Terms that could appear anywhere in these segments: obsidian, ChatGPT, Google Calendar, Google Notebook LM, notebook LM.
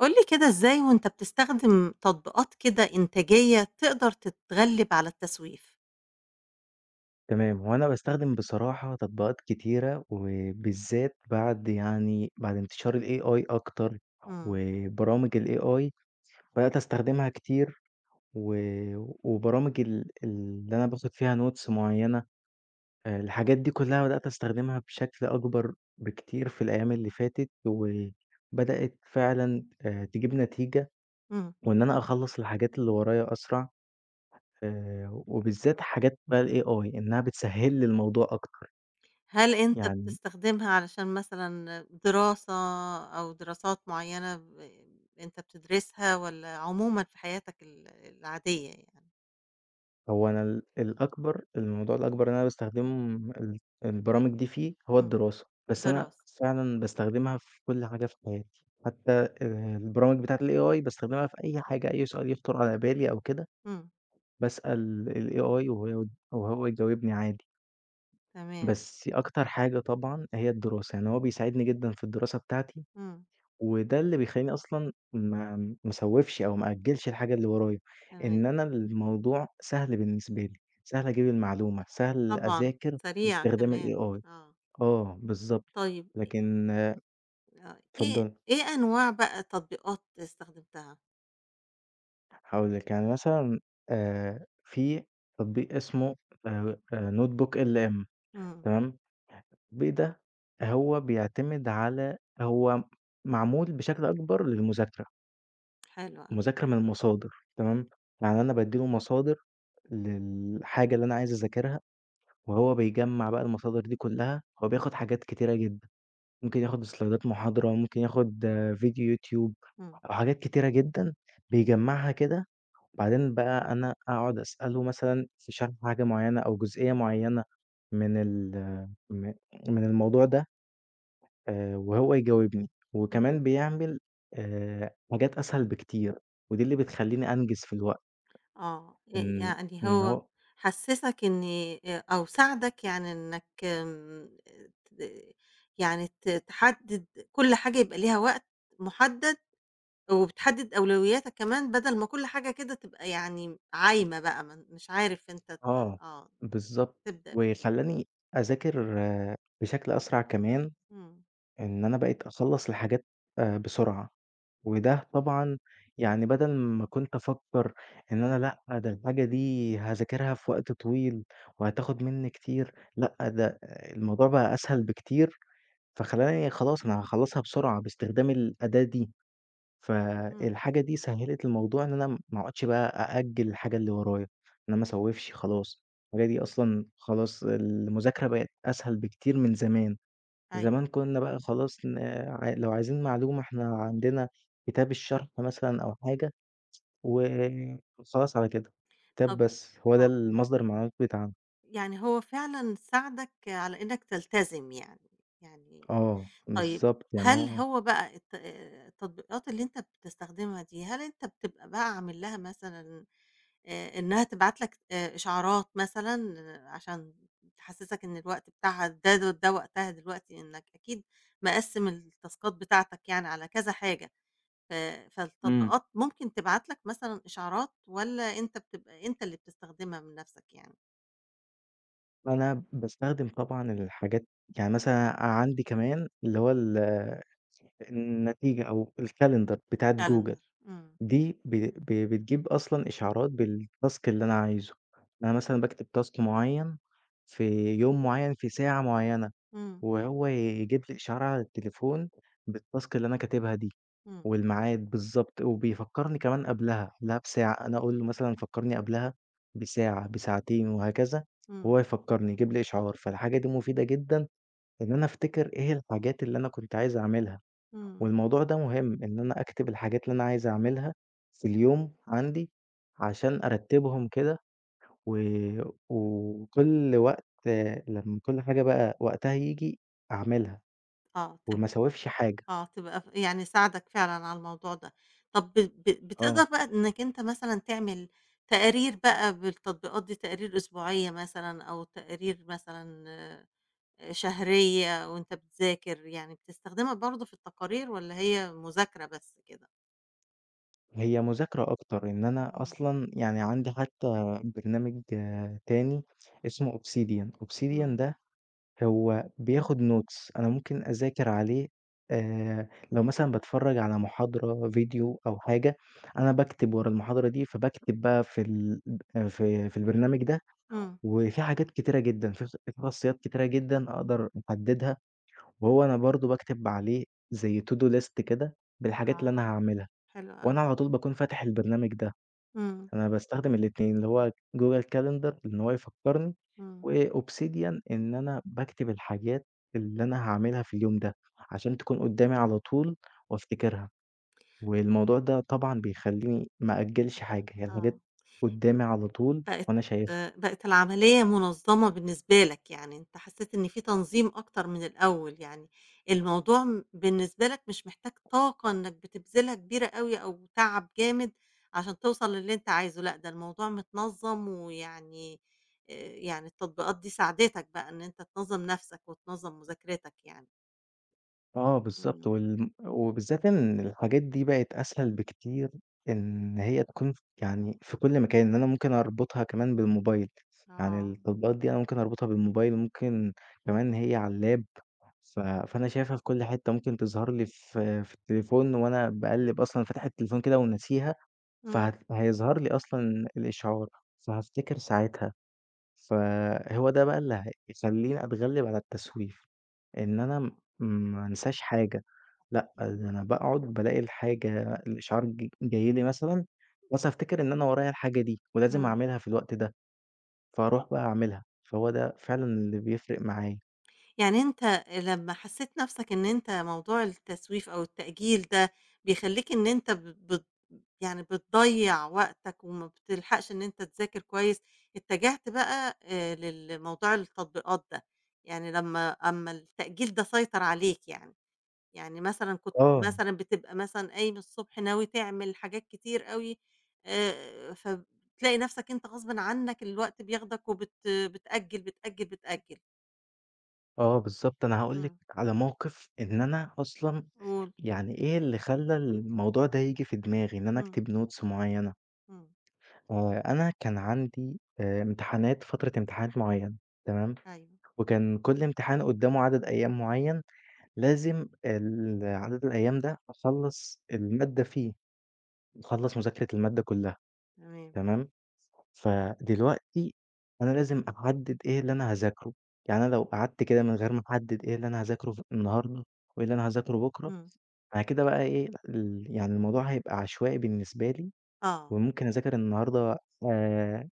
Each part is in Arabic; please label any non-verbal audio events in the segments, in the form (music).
قُل لي كده إزاي وأنت بتستخدم تطبيقات كده إنتاجية تقدر تتغلب على التسويف؟ تمام، هو أنا باستخدم بصراحة تطبيقات كتيرة، وبالذات بعد انتشار الAI أكتر، إمم، وبرامج الAI بدأت أستخدمها كتير، و وبرامج اللي أنا باخد فيها notes معينة، الحاجات دي كلها بدأت أستخدمها بشكل أكبر بكتير في الأيام اللي فاتت، وبدأت فعلًا تجيب نتيجة، إمم. وإن أنا أخلّص الحاجات اللي ورايا أسرع، وبالذات حاجات بقى الAI إنها بتسهّل لي الموضوع أكتر، هل أنت يعني بتستخدمها علشان مثلًا دراسة أو دراسات معيّنة أنت بتدرسها والّا عمومًا في حياتك العادية يعني؟ هو أنا ال الأكبر الموضوع الأكبر اللي أنا باستخدمه البرامج دي فيه هو إمم، الدراسة، بس أنا دراسة. فعلًا باستخدمها في كل حاجة في حياتي، حتى البرامج بتاعة الAI باستخدمها في أي حاجة، أي سؤال يخطر على بالي أو كده، إمم، باسأل الAI وهو يجاوبني عادي، تمام، بس أكتر حاجة طبعًا هي الدراسة، يعني هو بيساعدني جدًا في الدراسة بتاعتي إمم، وده اللي بيخلّيني أصلًا ما اسوّفش أو ما أأجّلش الحاجة اللي ورايا، تمام. إن أنا الموضوع سهل بالنسبة لي، سهل أجيب المعلومة، سهل طبعًا، أذاكر سريع باستخدام كمان. الAI. آه. آه، بالضبط. طيب لكن آه، إيه اتفضلي، إيه أنواع بقى تطبيقات استخدمتها؟ هاقول لِك يعني مثلًا في تطبيق اسمه notebook LM. إمم، تمام، التطبيق ده هو بيعتمد على هو معمول بشكل أكبر للمذاكرة، حلو أوي. المذاكرة من المصادر. تمام، يعني أنا بادّي له مصادر للحاجة اللي أنا عايز أذاكرها، وهو بيجمّع بقى المصادر دي كلّها، هو بياخد حاجات كتيرة جدًا، ممكن ياخد سلايدات محاضرة، ممكن ياخد آه، فيديو يوتيوب، إمم، وحاجات كتيرة جدًا بيجمّعها كده، بعدين بقى أنا أقعد أسأله مثلًا في شرح حاجة معيّنة أو جزئية معيّنة من ال م من الموضوع ده، وهو يجاوبني، إمم. وكمان بيعمل حاجات أسهل بكتير، ودي اللي بتخلّيني أنجز في الوقت. آه، ي إن يعني إن هو هو حسّسك إن أو ساعدك يعني إنّك ت يعني تحدّد كل حاجة يبقى ليها وقت مُحدّد، وبتحدّد أولوياتك كمان بدل ما كل حاجة كده تبقى يعني عايمة بقى، مش عارف أنت ت آه، آه، بالضبط، تبدأ بإيه. وخلّاني أذاكر آه، بشكل أسرع كمان، إمم، إن أنا بقيت أخلّص الحاجات بسرعة، وده طبعًا يعني بدل ما كنت أفكّر إن أنا لأ، ده الحاجة دي هاذاكرها في وقت طويل وهتاخد منّي كتير، لأ، ده الموضوع بقى أسهل بكتير، فخلّاني خلاص أنا هاخلّصها بسرعة باستخدام الأداة دي. إمم، فالحاجة دي سهّلِت الموضوع إن أنا ما أقعدش بقى أأجّل الحاجة اللي ورايا، إن أنا ما اسوّفش خلاص، الحاجة دي أصلًا خلاص المذاكرة بقت أسهل بكتير من زمان، زمان أيوه. كُنّا بقى خلاص ن ع لو عايزين معلومة إحنا عندنا كتاب الشرح مثلًا أو حاجة وخلاص على كده، كتاب طَب بس هو ده آه، المصدر المعلومات بتاعنا. يعني هو فعلًا ساعدك على إنّك تلتزم يعني، يعني آه، طيب بالضبط، يعني هل هو. هو بقى التطبيقات اللي أنت بتستخدمها دي، هل أنت بتبقى بقى عامل لها مثلًا إنها تبعت لك إشعارات مثلًا، عشان تحسسك إن الوقت بتاعها ده وقتها دلوقتي، إنك أكيد مقسّم التاسكات بتاعتك يعني على كذا حاجة، ف إمم. فالتطبيقات ممكن تبعت لك مثلًا إشعارات والّا أنت بتبقى أنت اللي بتستخدمها من نفسك يعني؟ أنا باستخدم طبعًا الحاجات يعني مثلًا عندي كمان اللي هو النتيجة أو الكالندر بتاعة جوجل Calendar؟ إمم، دي ب ب بتجيب أصلًا إشعارات بالتاسك اللي أنا عايزه، أنا مثلًا باكتب تاسك معين في يوم معين في ساعة معينة، إمم، وهو يجيب لي إشعار على التليفون بالتاسك اللي أنا كاتبها دي، إمم، والميعاد بالضبط، وبيفكرني كمان قبلها، قبلها بساعة، أنا أقول له مثلًا فكرني قبلها بساعة، بساعتين، وهكذا، إمم، وهو يفكرني، يجيب لي إشعار، فالحاجة دي مفيدة جدًا إن أنا أفتكر إيه الحاجات اللي أنا كنت عايز أعملها. إمم، والموضوع ده مهم، إن أنا أكتب الحاجات اللي أنا عايز أعملها في اليوم عندي، عشان أرتّبهم كده و وكل وقت لمّا كل حاجة بقى وقتها ييجي أعملها، آه. وما أسوّفش حاجة. آه، تبقى يعني ساعدك فعلًا على الموضوع ده. طب ب ب بتقدر آه، بقى إنّك أنت مثلًا تعمل تقارير بقى بالتطبيقات دي، تقارير أسبوعية مثلًا أو تقارير مثلًا شهرية، وأنت بتذاكر، يعني بتستخدمها برضه في التقارير والّا هي مذاكرة بس كده؟ هي مذاكرة أكتر، إن أنا إمم، أصلًا يعني عندي حتى برنامج تاني اسمه obsidian، obsidian إمم، ده هو بياخد notes أنا ممكن أذاكر عليه لو مثلًا باتفرّج على محاضرة فيديو أو حاجة، أنا باكتب ورا المحاضرة دي، فباكتب بقى في ال في في البرنامج ده، إمم، وفي حاجات كتيرة جدًا، في خاصيات كتيرة جدًا أقدر أحددها، وهو أنا برضه باكتب عليه زي to do list كده بالحاجات اللي أنا آه، هاعملها، حلو أوي. وأنا على طول باكون فاتح البرنامج ده. إمم، أنا باستخدم الاتنين، اللي هو Google Calendar إن هو يفكّرني، إمم، وobsidian إن أنا باكتب الحاجات اللي أنا هاعملها في اليوم ده، عشان تكون قدّامي على طول وافتكرها، والموضوع ده طبعًا بيخلّيني ما أأجّلش حاجة، هي الحاجات آه. قدّامي على طول بقت وأنا شايفها. بقت العملية منظمة بالنسبة لك، يعني أنت حسيت إن في تنظيم أكتر من الأول، يعني الموضوع، بالنسبة لك مش محتاج طاقة إنك بتبذلها كبيرة أوي أو تعب جامد عشان توصل للي أنت عايزه، لأ ده الموضوع متنظم، ويعني يعني التطبيقات دي ساعدتك بقى إن أنت تنظم نفسك وتنظم مذاكرتك يعني. آه بالضبط، إمم، وال وبالذات إن الحاجات دي بقت أسهل بكتير إن هي تكون يعني في كل مكان، إن أنا ممكن أربطها كمان بالموبايل، يعني آه، التطبيقات دي أنا ممكن أربطها بالموبايل، ممكن كمان هي على اللاب، ف فأنا شايفها في كل حتة، ممكن تظهر لي في التليفون وأنا باقلِّب أصلًا فاتح التليفون كده وناسيها، إمم، هيظهر لي أصلًا الإشعار، فهافتكر ساعتها، فهو ده بقى اللي هيخلّيني أتغلِّب على التسويف، إن أنا ما انساش حاجة. لأ، ده إمم. أنا باقعد بالاقي الحاجة الإشعار جاي لي مثلًا، بس أفتكر إن أنا ورايا الحاجة دي ولازم إمم. أعملها في الوقت ده، فاروح بقى أعملها، فهو ده فعلًا اللي بيفرق معايا. يعني أنت لمّا حسّيت نَفْسك إن أنت موضوع التسويف أو التأجيل ده بيخلّيك إن أنت، ب بت يعني بتضيّع وقتك وما بتلحقش إن أنت تذاكر كويس، اتجهت بقى للموضوع التطبيقات ده، يعني أمّا التأجيل ده سيطر عليك يعني، يعني مثلًا كنت آه، مثلًا بتبقى مثلًا قايم الصبح ناوي تعمل حاجات كتير أوي، فبتلاقي نَفْسك أنت غصبٍ عنّك الوقت بياخدك، وبت بتأجّل، بتأجّل، بتأجّل. آه بالضبط، أنا هاقول لِك إمم، على موقف إن أنا أصلًا قُل. يعني إيه اللي خلّى الموضوع ده ييجي في دماغي إن أنا إمم، أكتب notes معيّنة، إمم، أنا كان عندي امتحانات فترة امتحانات معيّنة تمام، أيوه، وكان كل امتحان قدّامه عدد أيام معيّن لازم عدد الأيام ده أخلّص المادة فيه، أخلّص مذاكرة المادة كلّها تمام، تمام، فدلوقتي أنا لازم أحدد إيه اللي أنا هاذاكره، يعني أنا لو قعدت كده من غير ما أحدد إيه اللي أنا هاذاكره ف النهارده وإيه اللي أنا هاذاكره بُكرة، إمم، أنا كده بقى إيه ال يعني الموضوع هيبقى عشوائي بالنسبة لي، آه، وممكن أذاكر النهارده آآ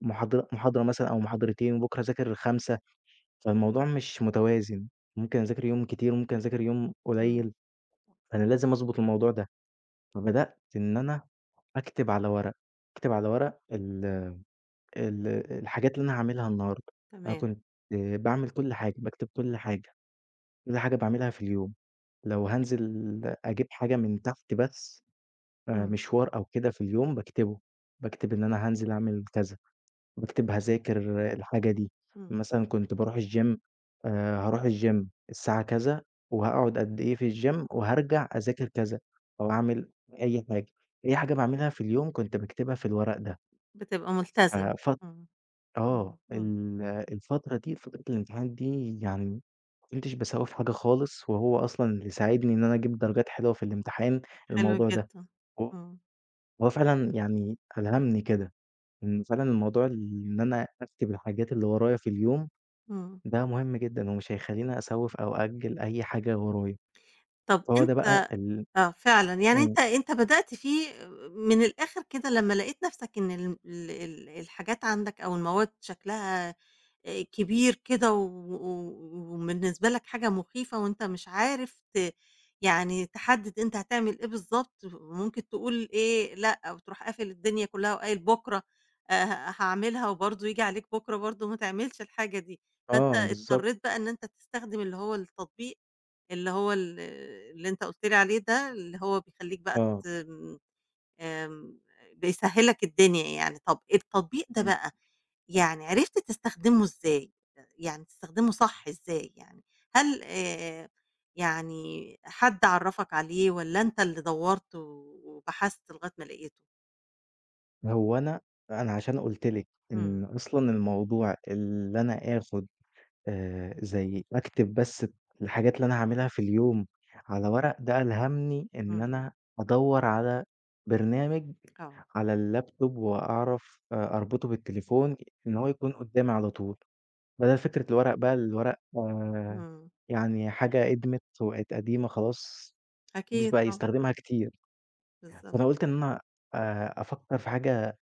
محاضرة مثلًا أو محاضرتين وبُكرة أذاكر 5. فالموضوع مش متوازن، ممكن أذاكر يوم كتير وممكن أذاكر يوم إمم، قليل، فأنا لازم أضبط الموضوع ده. فبدأت إن أنا أكتب على ورق، أكتب على ورق ال ال الحاجات اللي أنا هاعملها النهارده، أنا تمام، كنت باعمل كل حاجة، باكتب كل حاجة، كل حاجة باعملها في اليوم، لو هانزل أجيب حاجة من تحت بس إمم، مشوار أو كده في اليوم باكتبه، باكتب إن أنا هانزل أعمل كذا. باكتب هاذاكر الحاجة دي، إمم، مثلًا كنت باروح الgym هاروح الgym الساعة كذا وهاقعد قد إيه في الgym وهارجع أذاكر كذا أو أعمل أي حاجة، أي حاجة باعملها في اليوم كنت باكتبها في الورق ده. بتبقى ملتزم، ففت إمم، إمم، آه، إمم، ال الفترة دي فترة الامتحانات دي يعني ما كنتش باسوّف في حاجة خالص وهو أصلًا اللي ساعدني إن أنا أجيب درجات حلوة في الامتحان حلو الموضوع ده، جدًا، و إمم، هو فعلًا يعني ألهمني كده إن فعلًا الموضوع إن أنا أكتب الحاجات اللي ورايا في اليوم إمم، ده مهم جدًا، ومش هيخلّيني أسوّف أو أأجّل أي حاجة ورايا، طب فهو ده أنت. بقى فعلًا، يعني إمم، أنت بدأت فيه من الآخر كده لمّا لقيت نَفْسك إن الم ال ال الحاجات عندك أو المواد شكلها كبير كده، و و وبالنسبة لك حاجة مخيفة وأنت مش عارف يعني تحدِّد أنت هتعمل إيه بالضبط، ممكن تقول إيه لأ وتروح قافل الدنيا كُلّها وقايل بُكرة هاعملها، وبرضه ييجي عليك بُكرة برضه ما تعملش الحاجة دي، آه فأنت بالضبط، اضطريت بقى إن أنت تستخدم اللي هو التطبيق، اللي هو ال اللي أنت قُلت لي عليه ده، اللي هو بيخلّيك بقى، آه، ت آمم، آمم، بيسهّل لك الدنيا يعني. طَب التطبيق ده إمم، بقى، يعني عرفت تستخدمه إزاي؟ يعني تستخدمه صح إزاي يعني؟ هل يعني حد عرّفك عليه والّا أنت اللي دَوّرت وبحثت لغاية ما لقيته؟ هو أنا عشان قُلت لِك إمم، إن أصلًا الموضوع اللي أنا آخُد زي أكتب بس الحاجات اللي أنا هاعملها في اليوم على ورق، ده ألهمني إن أنا إمم، أدوّر على برنامج آه، على اللابتوب وأعرف أربطه بالتليفون إن هو يكون قُدّامي على طول. بدل فكرة الورق بقى الورق إمم، يعني حاجة أدمت وبقت قديمة خلاص، ما حدش أكيد بقى طبعًا، يستخدمها كتير، بالضبط، فأنا قُلت إن أنا أفكّر في حاجة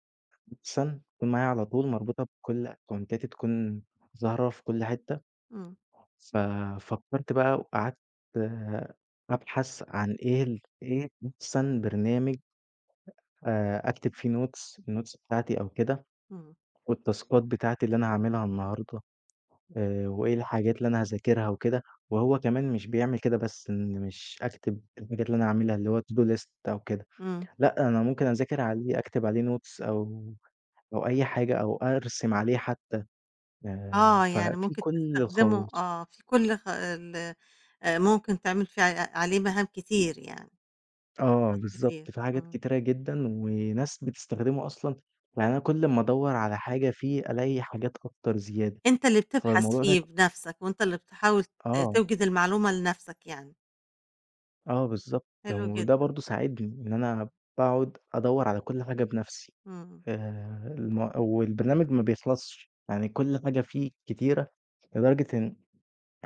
أحسن تكون معايا على طول مربوطة بكل أكونتاتي، تكون ظاهرة في كل حتّة، إمم، ففكّرت بقى وقعدت آه أبحث عن إيه ال إيه أحسن برنامج أكتب فيه notes الnotes بتاعتي أو كده إمم، والتاسكات بتاعتي اللي أنا هاعملها النهارده. وإيه الحاجات اللي أنا هاذاكرها وكده، وهو كمان مش بيعمل كده بس إن مش أكتب الحاجات اللي أنا هاعملها اللي هو to do list أو كده، إمم. لأ أنا ممكن أذاكر عليه أكتب عليه notes أو أو أي حاجة أو أرسم عليه حتى، آه، يعني ففي ممكن كل تستخدمه، الخواص. في كل خ ال ممكن تعمل فيه عليه مهام كتير يعني، آه تاسكات كتير، بالضبط، في حاجات إمم، كتيرة جدًا وناس بتستخدمه أصلًا، يعني أنا كل أمّا أدوّر على حاجة فيه ألاقي حاجات أكتر زيادة، أنت اللي بتبحث فالموضوع ده فيه بنفسك وأنت اللي بتحاول ت آه، توجد المعلومة لنفسك يعني، آه بالضبط، حلو وده جدًا، برضه ساعدني إن أنا باقعد أدوّر على كل حاجة بنفسي. إمم، الم والبرنامج ما بيخلصش، يعني كل حاجة فيه كتيرة لدرجة إن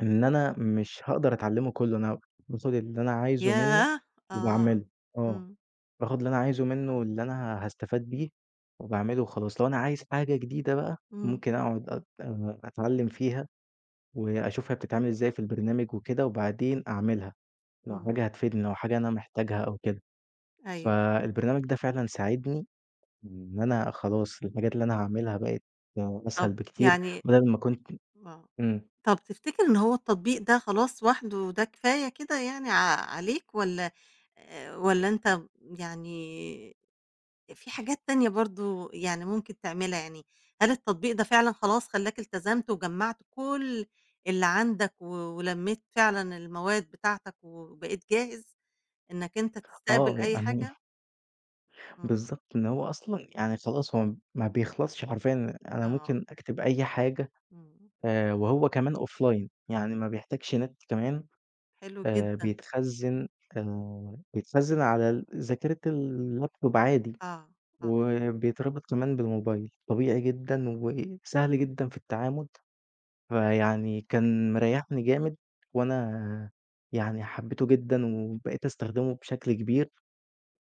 إن أنا مش هاقدر أتعلمه كله، أنا باخد اللي أنا عايزه منه ياه! آه، وباعمله، آه، إمم، باخد اللي أنا عايزه منه واللي أنا هاستفاد بيه وباعمله وخلاص، لو أنا عايز حاجة جديدة بقى إمم، ممكن أقعد أت أتعلم فيها وأشوف هي بتتعمل إزاي في البرنامج وكده، وبعدين أعملها، لو إمم، حاجة هتفيدني، لو حاجة أنا محتاجها أو كده، أيوه، فالبرنامج ده فعلًا ساعدني إن أنا خلاص الحاجات اللي أنا هاعملها بقت أسهل طب بكتير، يعني بدل ما كنت. آه، إمم، طب تفتكر إن هو التطبيق ده خلاص وحده ده كفاية كده يعني عليك، والّا والّا أنت يعني في حاجات تانية برضه يعني ممكن تعملها، يعني هل التطبيق ده فعلًا خلاص خلّاك التزمت، وجمّعت كل اللي عندك، ولمّيت فعلًا المواد بتاعتك وبقيت جاهز إنّك أنت آه، تستقبل أي يعني (laughs) حاجة؟ إمم، بالضبط، إن هو أصلًا يعني خلاص هو ما بيخلصش حرفيًا، أنا آه، ممكن أكتب أي حاجة إمم، وهو كمان offline يعني ما بيحتاجش نت كمان حلو جدًا، بيتخزن بيتخزن على ذاكرة اللابتوب عادي، آه، آه، وبيتربط كمان بالموبايل، طبيعي جدًا وسهل جدًا في التعامل. فيعني كان مريحني جامد، وأنا يعني حبيته جدًا، وبقيت أستخدمه بشكل كبير،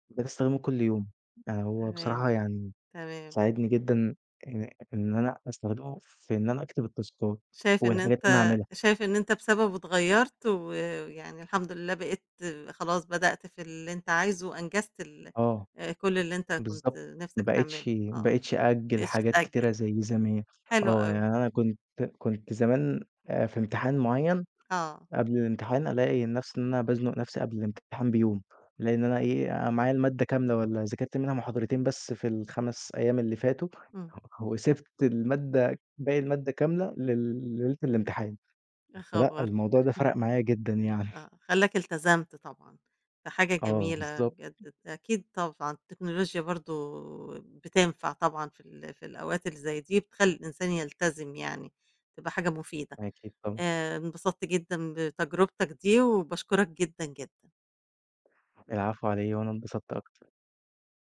بقيت أستخدمه كل يوم. يعني هو بصراحة تمام، يعني تمام، ساعدني جدًا إن أنا أستخدمه في إن أنا أكتب التاسكات شايف إن والحاجات اللي أنا أنت هاعملها. شايف إن أنت بسببه اتغيّرت، ويعني الحمد لله بقيت خلاص بدأت في اللي أنت عايزه، وأنجزت ال آه، كل اللي أنت كنت بالضبط. ما نِفْسك بقيتش تعمله، ما آه. بقيتش ما أأجل بقتش حاجات تأجّل، كتيرة زي زمان. حلو آه، أوي، يعني أنا كنت زمان في امتحان معين آه، قبل الامتحان ألاقي نفسي إن أنا بازنُق نفسي قبل الامتحان بيوم، لإن أنا إيه، أنا معايا المادة كاملة والّا ذاكرت منها محاضرتين بس في ال5 أيام اللي فاتوا، إمم، وسِبت المادة باقي المادة كاملة ليلة الامتحان، يا فلأ خبر! الموضوع ده فرَق معايا جدًا يعني. آه، خلّاك التزمت طبعًا، ده حاجة آه جميلة بالضبط، بجد، أكيد طبعًا التكنولوجيا برضه بتنفع طبعًا في في الأوقات اللي زي دي، بتخلّي الإنسان يلتزم يعني، تبقى حاجة مفيدة. أكيد طبعًا. انبسطت جدًا بتجربتك دي وباشكرك جدًا، جدًا. العفو على إيه، وأنا انبسطت أكتر.